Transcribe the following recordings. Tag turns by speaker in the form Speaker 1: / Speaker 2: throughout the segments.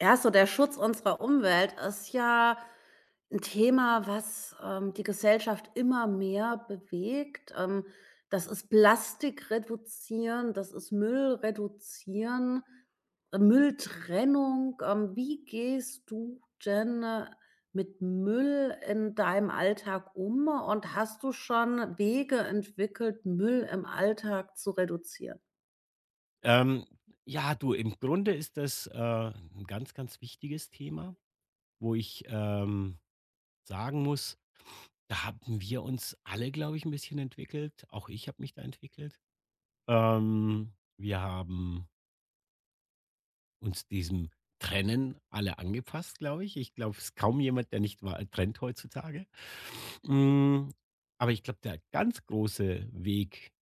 Speaker 1: Ja, so der Schutz unserer Umwelt ist ja ein Thema, was, die Gesellschaft immer mehr bewegt. Das ist Plastik reduzieren, das ist Müll reduzieren, Mülltrennung. Wie gehst du denn mit Müll in deinem Alltag um und hast du schon Wege entwickelt, Müll im Alltag zu reduzieren?
Speaker 2: Ähm, ja, du, im Grunde ist das, 'n ganz, ganz wichtiges Thema, wo ich, sagen muss, da haben wir uns alle, glaube ich, ein bisschen entwickelt. Auch ich habe mich da entwickelt. Wir haben uns diesem Trennen alle angepasst, glaube ich. Ich glaube, es ist kaum jemand, der nicht wa trennt heutzutage. Hm, aber ich glaube, der ganz große Weg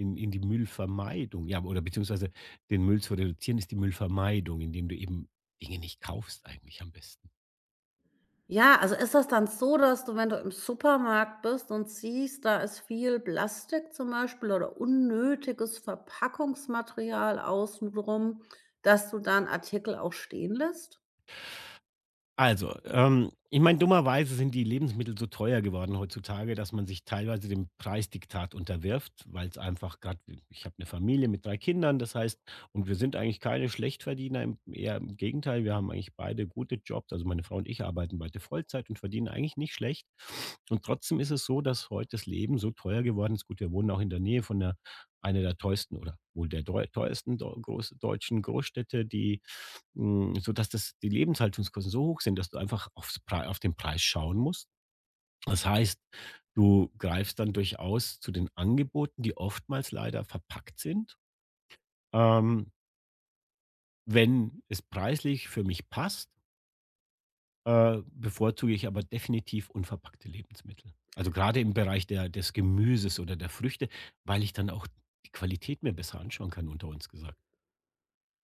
Speaker 2: in die Müllvermeidung, ja, oder beziehungsweise den Müll zu reduzieren, ist die Müllvermeidung, indem du eben Dinge nicht kaufst eigentlich am besten.
Speaker 1: Ja, also ist das dann so, dass du, wenn du im Supermarkt bist und siehst, da ist viel Plastik zum Beispiel oder unnötiges Verpackungsmaterial außenrum, dass du dann Artikel auch stehen lässt?
Speaker 2: Also, ich meine, dummerweise sind die Lebensmittel so teuer geworden heutzutage, dass man sich teilweise dem Preisdiktat unterwirft, weil es einfach gerade, ich habe eine Familie mit drei Kindern, das heißt, und wir sind eigentlich keine Schlechtverdiener, im, eher im Gegenteil, wir haben eigentlich beide gute Jobs, also meine Frau und ich arbeiten beide Vollzeit und verdienen eigentlich nicht schlecht. Und trotzdem ist es so, dass heute das Leben so teuer geworden ist. Gut, wir wohnen auch in der Nähe von der, einer der teuersten oder wohl der teuersten deutschen Großstädte, die hm, sodass das die Lebenshaltungskosten so hoch sind, dass du einfach auf den Preis schauen musst. Das heißt, du greifst dann durchaus zu den Angeboten, die oftmals leider verpackt sind. Ähm, wenn es preislich für mich passt, bevorzuge ich aber definitiv unverpackte Lebensmittel. Also gerade im Bereich der des Gemüses oder der Früchte, weil ich dann auch die Qualität mir besser anschauen kann, unter uns gesagt.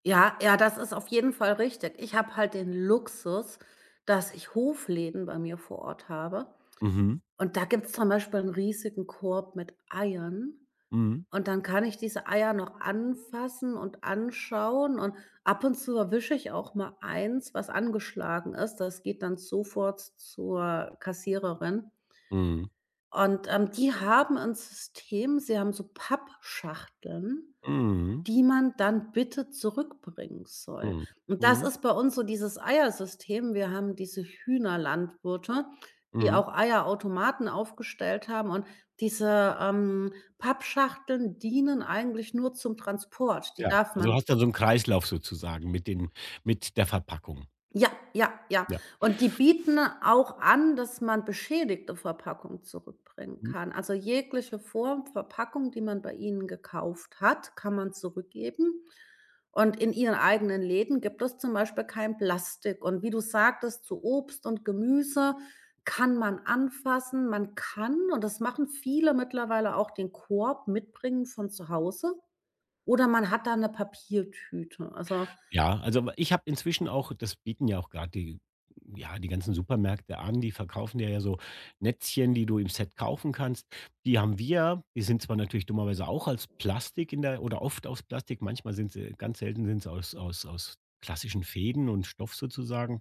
Speaker 1: Ja, ja, das ist auf jeden Fall richtig. Ich habe halt den Luxus, dass ich Hofläden bei mir vor Ort habe.
Speaker 2: Mhm.
Speaker 1: Und da gibt's zum Beispiel einen riesigen Korb mit Eiern.
Speaker 2: Mhm.
Speaker 1: Und dann kann ich diese Eier noch anfassen und anschauen und ab und zu erwische ich auch mal eins, was angeschlagen ist. Das geht dann sofort zur Kassiererin.
Speaker 2: Mhm.
Speaker 1: Und, die haben ein System, sie haben so Pappschachteln,
Speaker 2: Mhm.
Speaker 1: die man dann bitte zurückbringen soll.
Speaker 2: Mhm.
Speaker 1: Und das
Speaker 2: Mhm.
Speaker 1: ist bei uns so dieses Eiersystem. Wir haben diese Hühnerlandwirte, die
Speaker 2: Mhm.
Speaker 1: auch Eierautomaten aufgestellt haben, und diese, Pappschachteln dienen eigentlich nur zum Transport. Die
Speaker 2: Ja,
Speaker 1: darf
Speaker 2: also du
Speaker 1: man.
Speaker 2: hast dann so 'n Kreislauf sozusagen mit den mit der Verpackung.
Speaker 1: Ja, ja, ja.
Speaker 2: Ja.
Speaker 1: Und die bieten auch an, dass man beschädigte Verpackung zurückbringen
Speaker 2: Mhm.
Speaker 1: kann. Also, jegliche Form Verpackung, die man bei ihnen gekauft hat, kann man zurückgeben. Und in ihren eigenen Läden gibt es zum Beispiel kein Plastik. Und wie du sagtest, zu Obst und Gemüse, kann man anfassen. Man kann, und das machen viele mittlerweile auch, den Korb mitbringen von zu Hause oder man hat da eine Papiertüte. Also.
Speaker 2: Ja, also ich habe inzwischen auch das bieten ja auch grad die ja, die ganzen Supermärkte an, die verkaufen dir ja so Netzchen, die du im Set kaufen kannst. Die haben wir. Die sind zwar natürlich dummerweise auch als Plastik in der oder oft aus Plastik, manchmal sind sie ganz selten sind sie aus aus klassischen Fäden und Stoff sozusagen.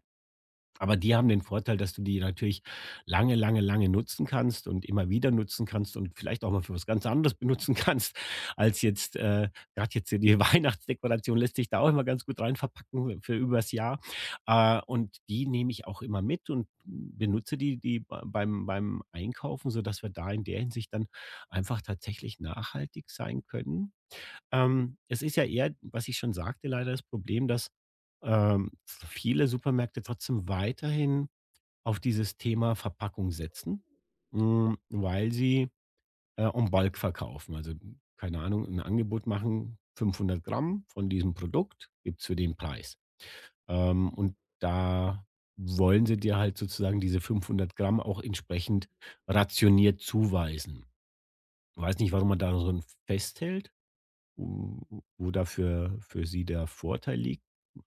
Speaker 2: Aber die haben den Vorteil, dass du die natürlich lange, lange, lange nutzen kannst und immer wieder nutzen kannst und vielleicht auch mal für was ganz anderes benutzen kannst, als jetzt, grad jetzt hier die Weihnachtsdekoration lässt sich da auch immer ganz gut rein verpacken für übers Jahr. Und die nehme ich auch immer mit und benutze die beim beim Einkaufen, sodass wir da in der Hinsicht dann einfach tatsächlich nachhaltig sein können. Es ist ja eher, was ich schon sagte, leider das Problem, dass, ähm, viele Supermärkte trotzdem weiterhin auf dieses Thema Verpackung setzen, hm, weil sie, en Bulk verkaufen. Also, keine Ahnung, ein Angebot machen, 500 Gramm von diesem Produkt gibt's für den Preis. Und da wollen sie dir halt sozusagen diese 500 Gramm auch entsprechend rationiert zuweisen. Ich Weiß nicht, warum man da so 'n festhält wo da für sie der Vorteil liegt.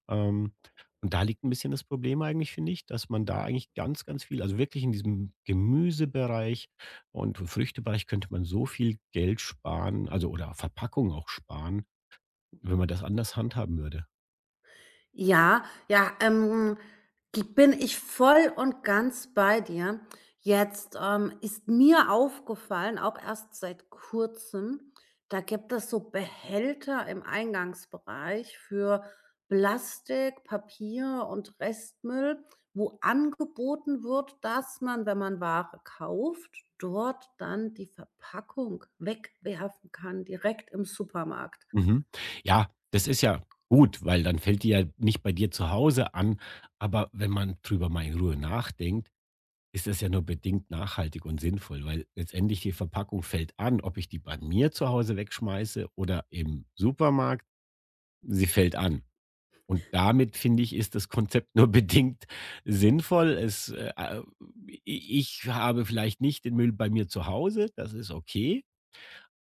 Speaker 2: Ähm, und da liegt ein bisschen das Problem eigentlich, finde ich, dass man da eigentlich ganz, ganz viel also wirklich in diesem Gemüsebereich und Früchtebereich könnte man so viel Geld sparen, also oder Verpackung auch sparen, wenn man das anders handhaben würde.
Speaker 1: Ja, ja, g bin ich voll und ganz bei dir. Jetzt, ist mir aufgefallen, auch erst seit Kurzem, da gibt es so Behälter im Eingangsbereich für Plastik, Papier und Restmüll, wo angeboten wird, dass man, wenn man Ware kauft, dort dann die Verpackung wegwerfen kann, direkt im Supermarkt.
Speaker 2: Mhm. Ja, das ist ja gut, weil dann fällt die ja nicht bei dir zu Hause an, aber wenn man drüber mal in Ruhe nachdenkt ist das ja nur bedingt nachhaltig und sinnvoll, weil letztendlich die Verpackung fällt an, ob ich die bei mir zu Hause wegschmeiße oder im Supermarkt, sie fällt an. Und damit finde ich, ist das Konzept nur bedingt sinnvoll. Es, ich habe vielleicht nicht den Müll bei mir zu Hause, das ist okay,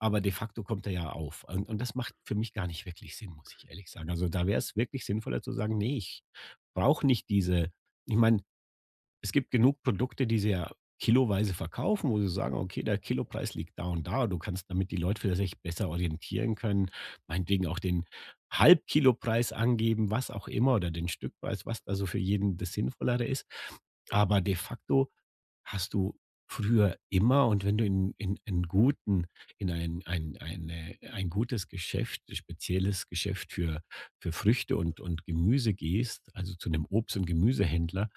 Speaker 2: aber de facto kommt er ja auf. Und das macht für mich gar nicht wirklich Sinn, muss ich ehrlich sagen. Also da wäre es wirklich sinnvoller zu sagen, nee, ich brauche nicht diese. Ich meine, es gibt genug Produkte, die sie ja kiloweise verkaufen, wo sie sagen: „Okay, der Kilopreis liegt da und da.“ Du kannst, damit die Leute vielleicht sich besser orientieren können, meinetwegen auch den Halbkilopreis angeben, was auch immer oder den Stückpreis, was da so für jeden das Sinnvollere ist. Aber de facto Hast du früher immer und wenn du in guten in ein gutes Geschäft, ein spezielles Geschäft für Früchte und Gemüse gehst, also zu einem Obst und Gemüsehändler,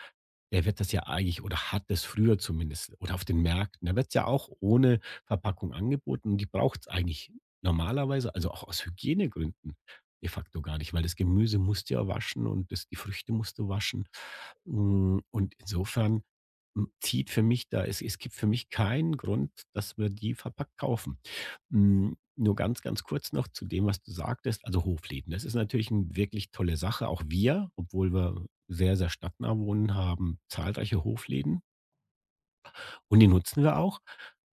Speaker 2: der wird das ja eigentlich oder hat das früher zumindest oder auf den Märkten, da wird es ja auch ohne Verpackung angeboten und die braucht es eigentlich normalerweise, also auch aus Hygienegründen de facto gar nicht, weil das Gemüse musst du ja waschen und das die Früchte musst du waschen. Hm, und insofern hm, zieht für mich da es gibt für mich keinen Grund, dass wir die verpackt kaufen. Hm, nur ganz, ganz kurz noch zu dem, was du sagtest. Also Hofläden, das ist natürlich eine wirklich tolle Sache. Auch wir, obwohl wir sehr, sehr stadtnah wohnen, haben zahlreiche Hofläden und die nutzen wir auch.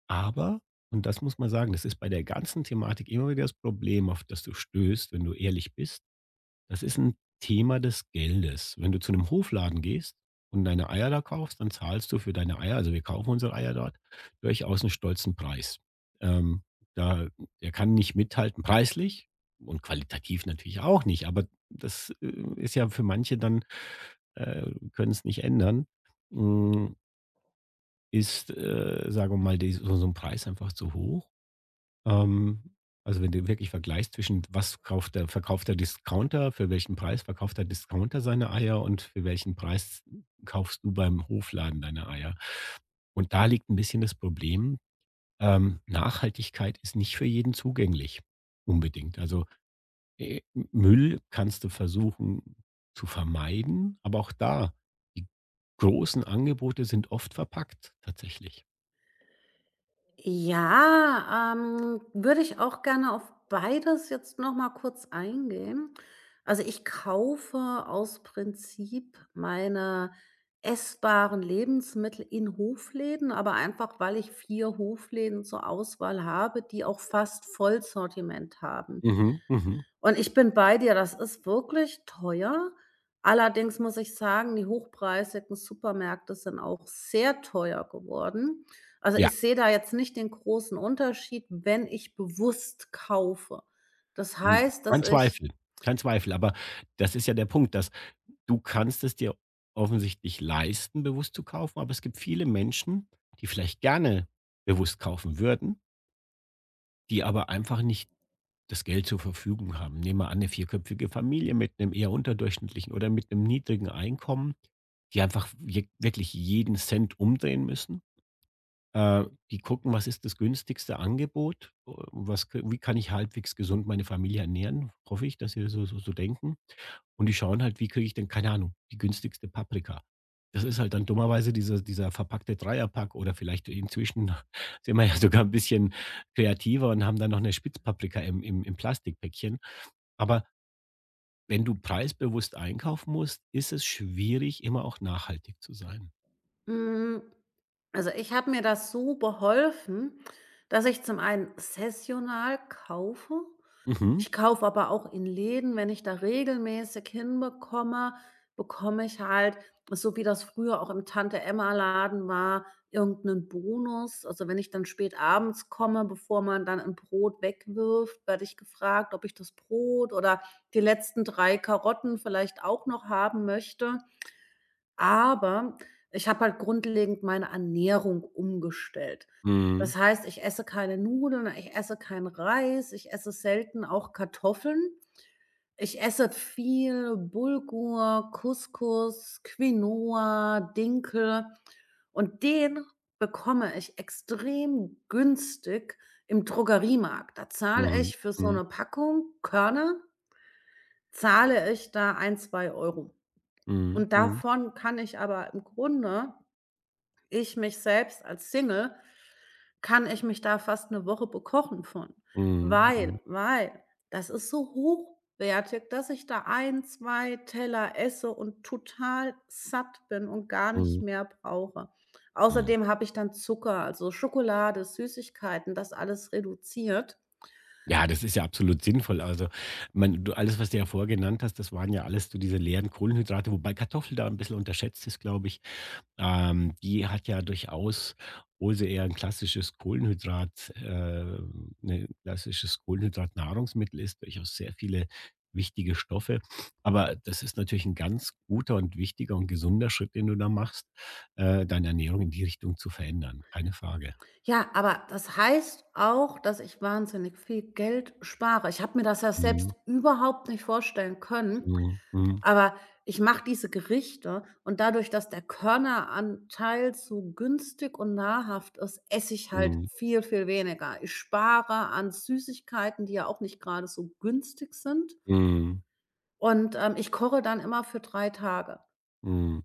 Speaker 2: Aber, und das muss man sagen, das ist bei der ganzen Thematik immer wieder das Problem, auf das du stößt, wenn du ehrlich bist das ist ein Thema des Geldes. Wenn du zu einem Hofladen gehst und deine Eier da kaufst, dann zahlst du für deine Eier also, wir kaufen unsere Eier dort, durchaus 'n stolzen Preis. Ähm, da der kann nicht mithalten preislich und qualitativ natürlich auch nicht, aber das, ist ja für manche dann können es nicht ändern. Hm, ist, sagen wir mal, die so 'n Preis einfach zu hoch? Ähm, also wenn du wirklich vergleichst zwischen was kauft der verkauft der Discounter, für welchen Preis verkauft der Discounter seine Eier und für welchen Preis kaufst du beim Hofladen deine Eier. Und da liegt ein bisschen das Problem, Nachhaltigkeit ist nicht für jeden zugänglich unbedingt. Also, äh, Müll kannst du versuchen zu vermeiden, aber auch da, die großen Angebote sind oft verpackt tatsächlich.
Speaker 1: Ja, würde ich auch gerne auf beides jetzt noch mal kurz eingehen. Also, ich kaufe aus Prinzip meine essbaren Lebensmittel in Hofläden, aber einfach, weil ich 4 Hofläden zur Auswahl habe, die auch fast Vollsortiment haben.
Speaker 2: Mhm, mhm.
Speaker 1: Und ich bin bei dir, das ist wirklich teuer. Allerdings muss ich sagen, die hochpreisigen Supermärkte sind auch sehr teuer geworden. Also,
Speaker 2: Ja.
Speaker 1: ich sehe da jetzt nicht den großen Unterschied, wenn ich bewusst kaufe. Das
Speaker 2: Hm,
Speaker 1: heißt,
Speaker 2: kein
Speaker 1: dass ich.
Speaker 2: Zweifel, kein Zweifel. Aber das ist ja der Punkt, dass du kannst es dir offensichtlich leisten, bewusst zu kaufen, aber es gibt viele Menschen, die vielleicht gerne bewusst kaufen würden, die aber einfach nicht das Geld zur Verfügung haben. Nehmen wir an, eine vierköpfige Familie mit einem eher unterdurchschnittlichen oder mit einem niedrigen Einkommen, die einfach wirklich jeden Cent umdrehen müssen. Äh, die gucken, was ist das günstigste Angebot? Was k wie kann ich halbwegs gesund meine Familie ernähren? Hoffe ich, dass sie so denken. Und die schauen halt, wie kriege ich denn, keine Ahnung, die günstigste Paprika. Das ist halt dann dummerweise dieser verpackte Dreierpack oder vielleicht inzwischen sind wir ja sogar ein bisschen kreativer und haben dann noch eine Spitzpaprika im im Plastikpäckchen. Aber wenn du preisbewusst einkaufen musst, ist es schwierig, immer auch nachhaltig zu sein.
Speaker 1: Hm, also, ich habe mir das so beholfen, dass ich zum einen saisonal kaufe.
Speaker 2: Mhm.
Speaker 1: Ich kaufe aber auch in Läden, wenn ich da regelmäßig hinbekomme, bekomme ich halt, so wie das früher auch im Tante-Emma-Laden war, irgendeinen Bonus. Also, wenn ich dann spät abends komme, bevor man dann 'n Brot wegwirft, werde ich gefragt, ob ich das Brot oder die letzten 3 Karotten vielleicht auch noch haben möchte. Aber ich habe halt grundlegend meine Ernährung umgestellt.
Speaker 2: Mhm.
Speaker 1: Das heißt, ich esse keine Nudeln, ich esse keinen Reis, ich esse selten auch Kartoffeln. Ich esse viel Bulgur, Couscous, Quinoa, Dinkel und den bekomme ich extrem günstig im Drogeriemarkt. Da zahle
Speaker 2: Mhm.
Speaker 1: ich für so
Speaker 2: Mhm.
Speaker 1: 'ne Packung Körner, zahle ich da 1, 2 Euro
Speaker 2: Mhm.
Speaker 1: Und
Speaker 2: Mhm.
Speaker 1: davon kann ich aber im Grunde, ich mich selbst als Single, kann ich mich da fast eine Woche bekochen von, weil
Speaker 2: Mhm.
Speaker 1: das ist so hochwertig, dass ich da ein, 2 Teller esse und total satt bin und gar nicht
Speaker 2: Mhm.
Speaker 1: mehr brauche.
Speaker 2: Mhm.
Speaker 1: Außerdem habe ich dann Zucker, also Schokolade, Süßigkeiten, das alles reduziert.
Speaker 2: Ja, das ist ja absolut sinnvoll. Also, man du alles, was du ja vorher genannt hast, das waren ja alles so diese leeren Kohlenhydrate, wobei Kartoffel da ein bisschen unterschätzt ist, glaube ich. Die hat ja durchaus, obwohl sie eher ein klassisches Kohlenhydrat 'ne klassisches Kohlenhydratnahrungsmittel ist, durchaus sehr viele wichtige Stoffe. Aber das ist natürlich ein ganz guter und wichtiger und gesunder Schritt, den du da machst, deine Ernährung in die Richtung zu verändern, keine Frage.
Speaker 1: Ja, aber das heißt auch, dass ich wahnsinnig viel Geld spare. Ich habe mir das ja
Speaker 2: Mhm,
Speaker 1: selbst überhaupt nicht vorstellen können.
Speaker 2: mhm, mhm,
Speaker 1: Aber ich mache diese Gerichte und dadurch, dass der Körneranteil so günstig und nahrhaft ist, esse ich halt
Speaker 2: mhm,
Speaker 1: viel, viel weniger. Ich spare an Süßigkeiten, die ja auch nicht gerade so günstig sind,
Speaker 2: mhm,
Speaker 1: und, ich koche dann immer für 3 Tage.
Speaker 2: mhm.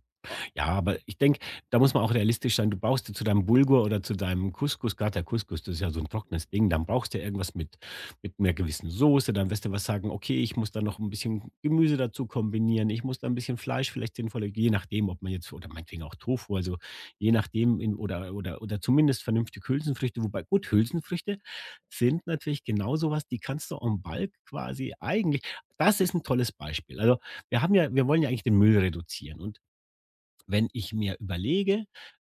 Speaker 2: Ja, aber ich denke, da muss man auch realistisch sein. Du brauchst ja zu deinem Bulgur oder zu deinem Couscous, gerade der Couscous, das ist ja so ein trockenes Ding, dann brauchst du ja irgendwas mit 'ner gewissen Soße, dann wirst du was sagen: „Okay, ich muss da noch ein bisschen Gemüse dazu kombinieren, ich muss da ein bisschen Fleisch vielleicht sinnvoll“ je nachdem, ob man jetzt oder meinetwegen auch Tofu, also je nachdem in oder zumindest vernünftige Hülsenfrüchte, wobei gut, Hülsenfrüchte sind natürlich genau sowas. Die kannst du en Balk quasi eigentlich das ist ein tolles Beispiel. Also, wir haben ja wir wollen ja eigentlich den Müll reduzieren und wenn ich mir überlege,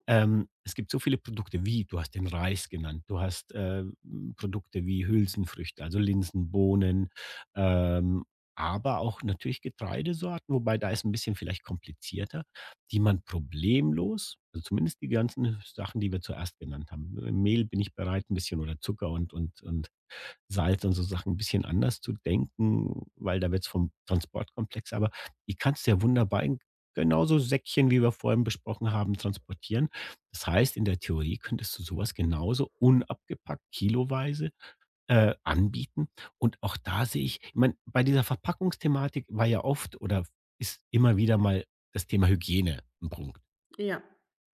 Speaker 2: es gibt so viele Produkte wie du hast den Reis genannt, du hast, Produkte wie Hülsenfrüchte, also Linsen, Bohnen, ähm, aber auch natürlich Getreidesorten, wobei da ist ein bisschen vielleicht komplizierter, die man problemlos also zumindest die ganzen Sachen, die wir zuerst genannt haben. Mehl bin ich bereit, ein bisschen oder Zucker und Salz und so Sachen ein bisschen anders zu denken, weil da wird's vom Transport komplexer. Aber die kannst du ja wunderbar in genauso Säckchen, wie wir vorhin besprochen haben, transportieren. Das heißt, in der Theorie könntest du sowas genauso unabgepackt kiloweise, anbieten. Und auch da sehe ich meine, bei dieser Verpackungsthematik war ja oft oder ist immer wieder mal das Thema Hygiene ein Punkt.
Speaker 1: Ja.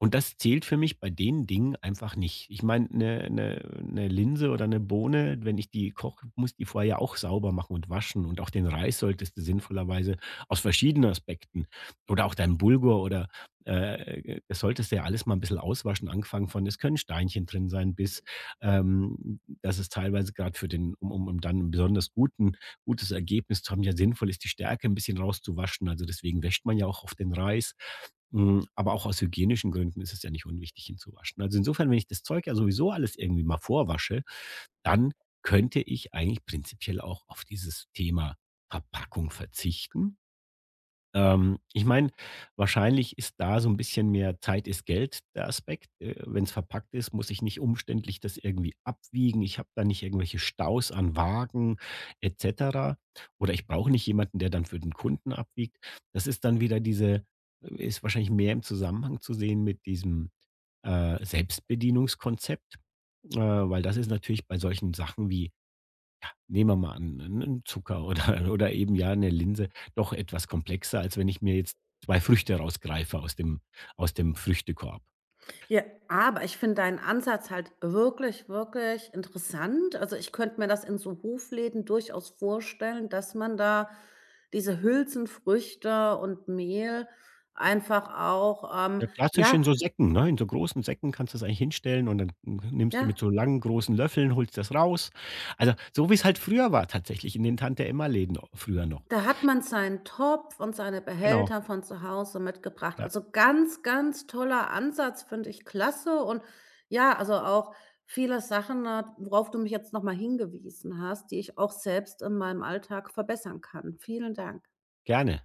Speaker 2: Und das zählt für mich bei den Dingen einfach nicht. Ich meine, eine 'ne Linse oder eine Bohne, wenn ich die koche, muss die vorher ja auch sauber machen und waschen und auch den Reis solltest du sinnvollerweise aus verschiedenen Aspekten oder auch deinen Bulgur oder, das solltest du ja alles mal ein bisschen auswaschen, angefangen von es können Steinchen drin sein bis, dass es teilweise gerade für den um um um dann einen besonders guten gutes Ergebnis zu haben. Ja, sinnvoll ist, die Stärke ein bisschen rauszuwaschen. Also, deswegen wäscht man ja auch auf den Reis. Hm, aber auch aus hygienischen Gründen ist es ja nicht unwichtig, ihn zu waschen. Also, insofern, wenn ich das Zeug ja sowieso alles irgendwie mal vorwasche, dann könnte ich eigentlich prinzipiell auch auf dieses Thema Verpackung verzichten ich meine, wahrscheinlich ist da so ein bisschen mehr Zeit ist Geld der Aspekt. Wenn es verpackt ist, muss ich nicht umständlich das irgendwie abwiegen. Ich habe da nicht irgendwelche Staus an Wagen et cetera. Oder ich brauche nicht jemanden, der dann für den Kunden abwiegt. Das ist dann wieder diese ist wahrscheinlich mehr im Zusammenhang zu sehen mit diesem, Selbstbedienungskonzept, weil das ist natürlich bei solchen Sachen wie Nehmen wir mal an, ne, 'n Zucker oder oder eben, ja, eine Linse, doch etwas komplexer, als wenn ich mir jetzt 2 Früchte rausgreife aus dem Früchtekorb.
Speaker 1: Ja, aber ich finde deinen Ansatz halt wirklich, wirklich interessant. Also, ich könnte mir das in so Hofläden durchaus vorstellen, dass man da diese Hülsenfrüchte und Mehl einfach auch,
Speaker 2: Ja, klassisch
Speaker 1: ja,
Speaker 2: in so Säcken, ne? In so großen Säcken kannst du das eigentlich hinstellen und dann nimmst du mit
Speaker 1: ja.
Speaker 2: so langen, großen Löffeln, holst das raus. Also, so wie es halt früher war tatsächlich in den Tante-Emma-Läden früher noch.
Speaker 1: Da hat man seinen Topf und seine
Speaker 2: Genau,
Speaker 1: Behälter von zu Hause mitgebracht.
Speaker 2: ja,
Speaker 1: Also, ganz, ganz toller Ansatz, finde ich klasse, und ja, also, auch viele Sachen, worauf du mich jetzt nochmal hingewiesen hast, die ich auch selbst in meinem Alltag verbessern kann. Vielen Dank.
Speaker 2: gerne.